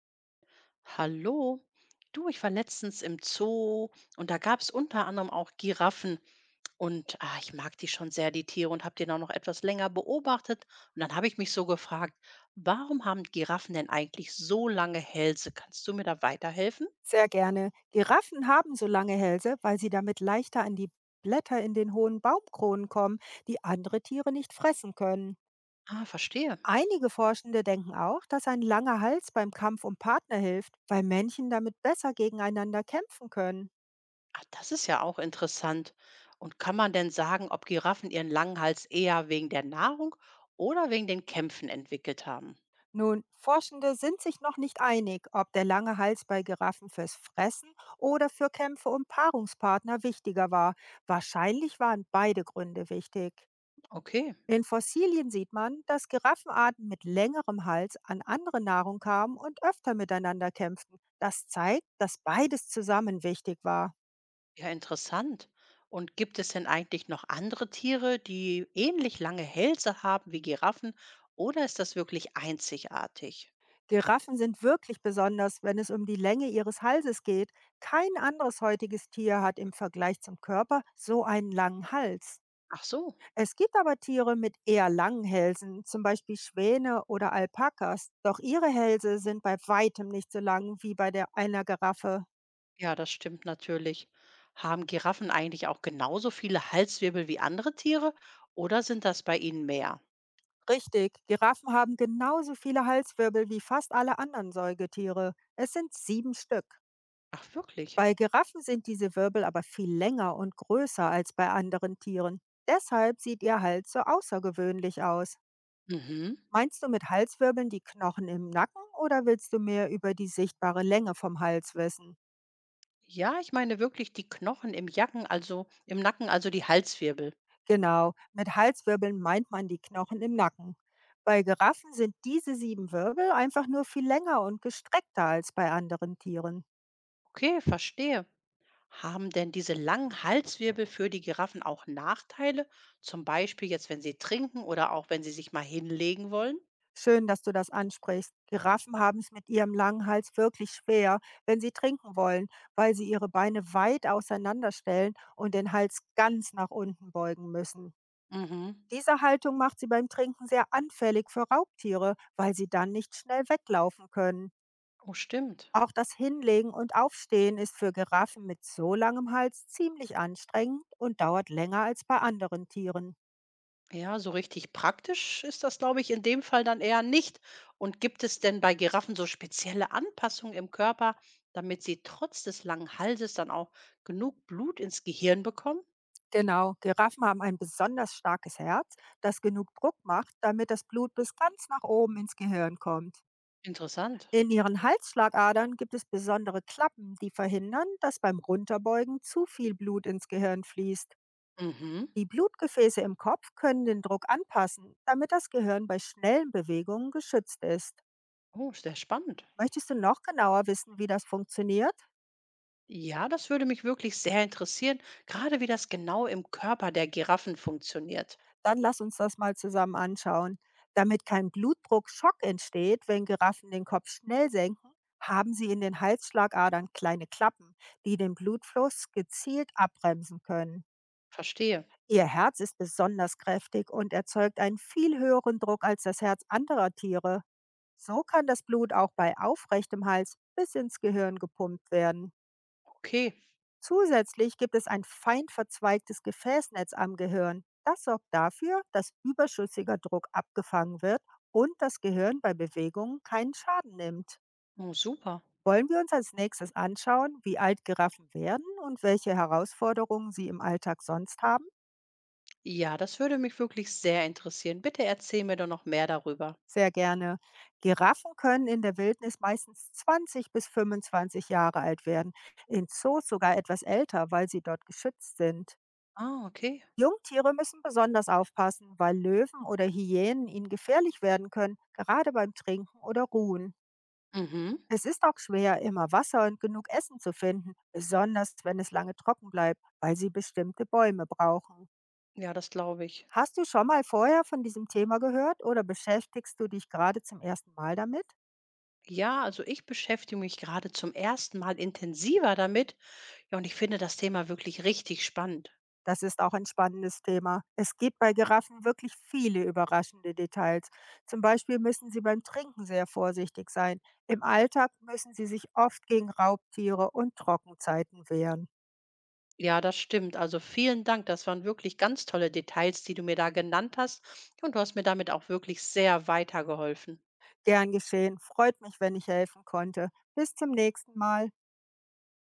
Hallo, du, ich war letztens im Zoo und da gab es unter anderem auch Giraffen. Und ich mag die schon sehr, die Tiere, und habe den auch noch etwas länger beobachtet. Und dann habe ich mich so gefragt, warum haben Giraffen denn eigentlich so lange Hälse? Kannst du mir da weiterhelfen? Sehr gerne. Giraffen haben so lange Hälse, weil sie damit leichter an die Blätter in den hohen Baumkronen kommen, die andere Tiere nicht fressen können. Ah, verstehe. Einige Forschende denken auch, dass ein langer Hals beim Kampf um Partner hilft, weil Männchen damit besser gegeneinander kämpfen können. Ah, das ist ja auch interessant. Und kann man denn sagen, ob Giraffen ihren langen Hals eher wegen der Nahrung oder wegen den Kämpfen entwickelt haben? Nun, Forschende sind sich noch nicht einig, ob der lange Hals bei Giraffen fürs Fressen oder für Kämpfe um Paarungspartner wichtiger war. Wahrscheinlich waren beide Gründe wichtig. Okay. In Fossilien sieht man, dass Giraffenarten mit längerem Hals an andere Nahrung kamen und öfter miteinander kämpften. Das zeigt, dass beides zusammen wichtig war. Ja, interessant. Und gibt es denn eigentlich noch andere Tiere, die ähnlich lange Hälse haben wie Giraffen? Oder ist das wirklich einzigartig? Giraffen sind wirklich besonders, wenn es um die Länge ihres Halses geht. Kein anderes heutiges Tier hat im Vergleich zum Körper so einen langen Hals. Ach so, Es gibt aber Tiere mit eher langen Hälsen, zum Beispiel Schwäne oder Alpakas. Doch ihre Hälse sind bei weitem nicht so lang wie bei der einer Giraffe. ja, das stimmt natürlich. Haben Giraffen eigentlich auch genauso viele Halswirbel wie andere Tiere? Oder sind das bei ihnen mehr? Richtig, Giraffen haben genauso viele Halswirbel wie fast alle anderen Säugetiere. Es sind 7 Stück. Ach wirklich? Bei Giraffen sind diese Wirbel aber viel länger und größer als bei anderen Tieren. Deshalb sieht ihr Hals so außergewöhnlich aus. Mhm. Meinst du mit Halswirbeln die Knochen im Nacken oder willst du mehr über die sichtbare Länge vom Hals wissen? Ja, ich meine wirklich die Knochen im Jacken, also im Nacken, also die Halswirbel. Genau, mit Halswirbeln meint man die Knochen im Nacken. Bei Giraffen sind diese 7 Wirbel einfach nur viel länger und gestreckter als bei anderen Tieren. Okay, verstehe. Haben denn diese langen Halswirbel für die Giraffen auch Nachteile? Zum Beispiel jetzt, wenn sie trinken oder auch wenn sie sich mal hinlegen wollen? Schön, dass du das ansprichst. Giraffen haben es mit ihrem langen Hals wirklich schwer, wenn sie trinken wollen, weil sie ihre Beine weit auseinanderstellen und den Hals ganz nach unten beugen müssen. Mhm. Diese Haltung macht sie beim Trinken sehr anfällig für Raubtiere, weil sie dann nicht schnell weglaufen können. Oh, stimmt. Auch das Hinlegen und Aufstehen ist für Giraffen mit so langem Hals ziemlich anstrengend und dauert länger als bei anderen Tieren. Ja, so richtig praktisch ist das, glaube ich, in dem Fall dann eher nicht. Und gibt es denn bei Giraffen so spezielle Anpassungen im Körper, damit sie trotz des langen Halses dann auch genug Blut ins Gehirn bekommen? Genau, Giraffen haben ein besonders starkes Herz, das genug Druck macht, damit das Blut bis ganz nach oben ins Gehirn kommt. Interessant. In ihren Halsschlagadern gibt es besondere Klappen, die verhindern, dass beim Runterbeugen zu viel Blut ins Gehirn fließt. Mhm. Die Blutgefäße im Kopf können den Druck anpassen, damit das Gehirn bei schnellen Bewegungen geschützt ist. Oh, sehr spannend. Möchtest du noch genauer wissen, wie das funktioniert? Ja, das würde mich wirklich sehr interessieren, gerade wie das genau im Körper der Giraffen funktioniert. Dann lass uns das mal zusammen anschauen. Damit kein Blutdruckschock entsteht, wenn Giraffen den Kopf schnell senken, haben sie in den Halsschlagadern kleine Klappen, die den Blutfluss gezielt abbremsen können. Verstehe. Ihr Herz ist besonders kräftig und erzeugt einen viel höheren Druck als das Herz anderer Tiere. So kann das Blut auch bei aufrechtem Hals bis ins Gehirn gepumpt werden. Okay. Zusätzlich gibt es ein fein verzweigtes Gefäßnetz am Gehirn. Das sorgt dafür, dass überschüssiger Druck abgefangen wird und das Gehirn bei Bewegungen keinen Schaden nimmt. Oh, super. Wollen wir uns als nächstes anschauen, wie alt Giraffen werden und welche Herausforderungen sie im Alltag sonst haben? Ja, das würde mich wirklich sehr interessieren. Bitte erzähl mir doch noch mehr darüber. Sehr gerne. Giraffen können in der Wildnis meistens 20 bis 25 Jahre alt werden, in Zoos sogar etwas älter, weil sie dort geschützt sind. Ah, okay. Jungtiere müssen besonders aufpassen, weil Löwen oder Hyänen ihnen gefährlich werden können, gerade beim Trinken oder Ruhen. Mhm. Es ist auch schwer, immer Wasser und genug Essen zu finden, besonders wenn es lange trocken bleibt, weil sie bestimmte Bäume brauchen. Ja, das glaube ich. Hast du schon mal vorher von diesem Thema gehört oder beschäftigst du dich gerade zum ersten Mal damit? Ja, also ich beschäftige mich gerade zum ersten Mal intensiver damit. Ja, und ich finde das Thema wirklich richtig spannend. Das ist auch ein spannendes Thema. Es gibt bei Giraffen wirklich viele überraschende Details. Zum Beispiel müssen sie beim Trinken sehr vorsichtig sein. Im Alltag müssen sie sich oft gegen Raubtiere und Trockenzeiten wehren. Ja, das stimmt. Also vielen Dank. Das waren wirklich ganz tolle Details, die du mir da genannt hast. Und du hast mir damit auch wirklich sehr weitergeholfen. Gern geschehen. Freut mich, wenn ich helfen konnte. Bis zum nächsten Mal.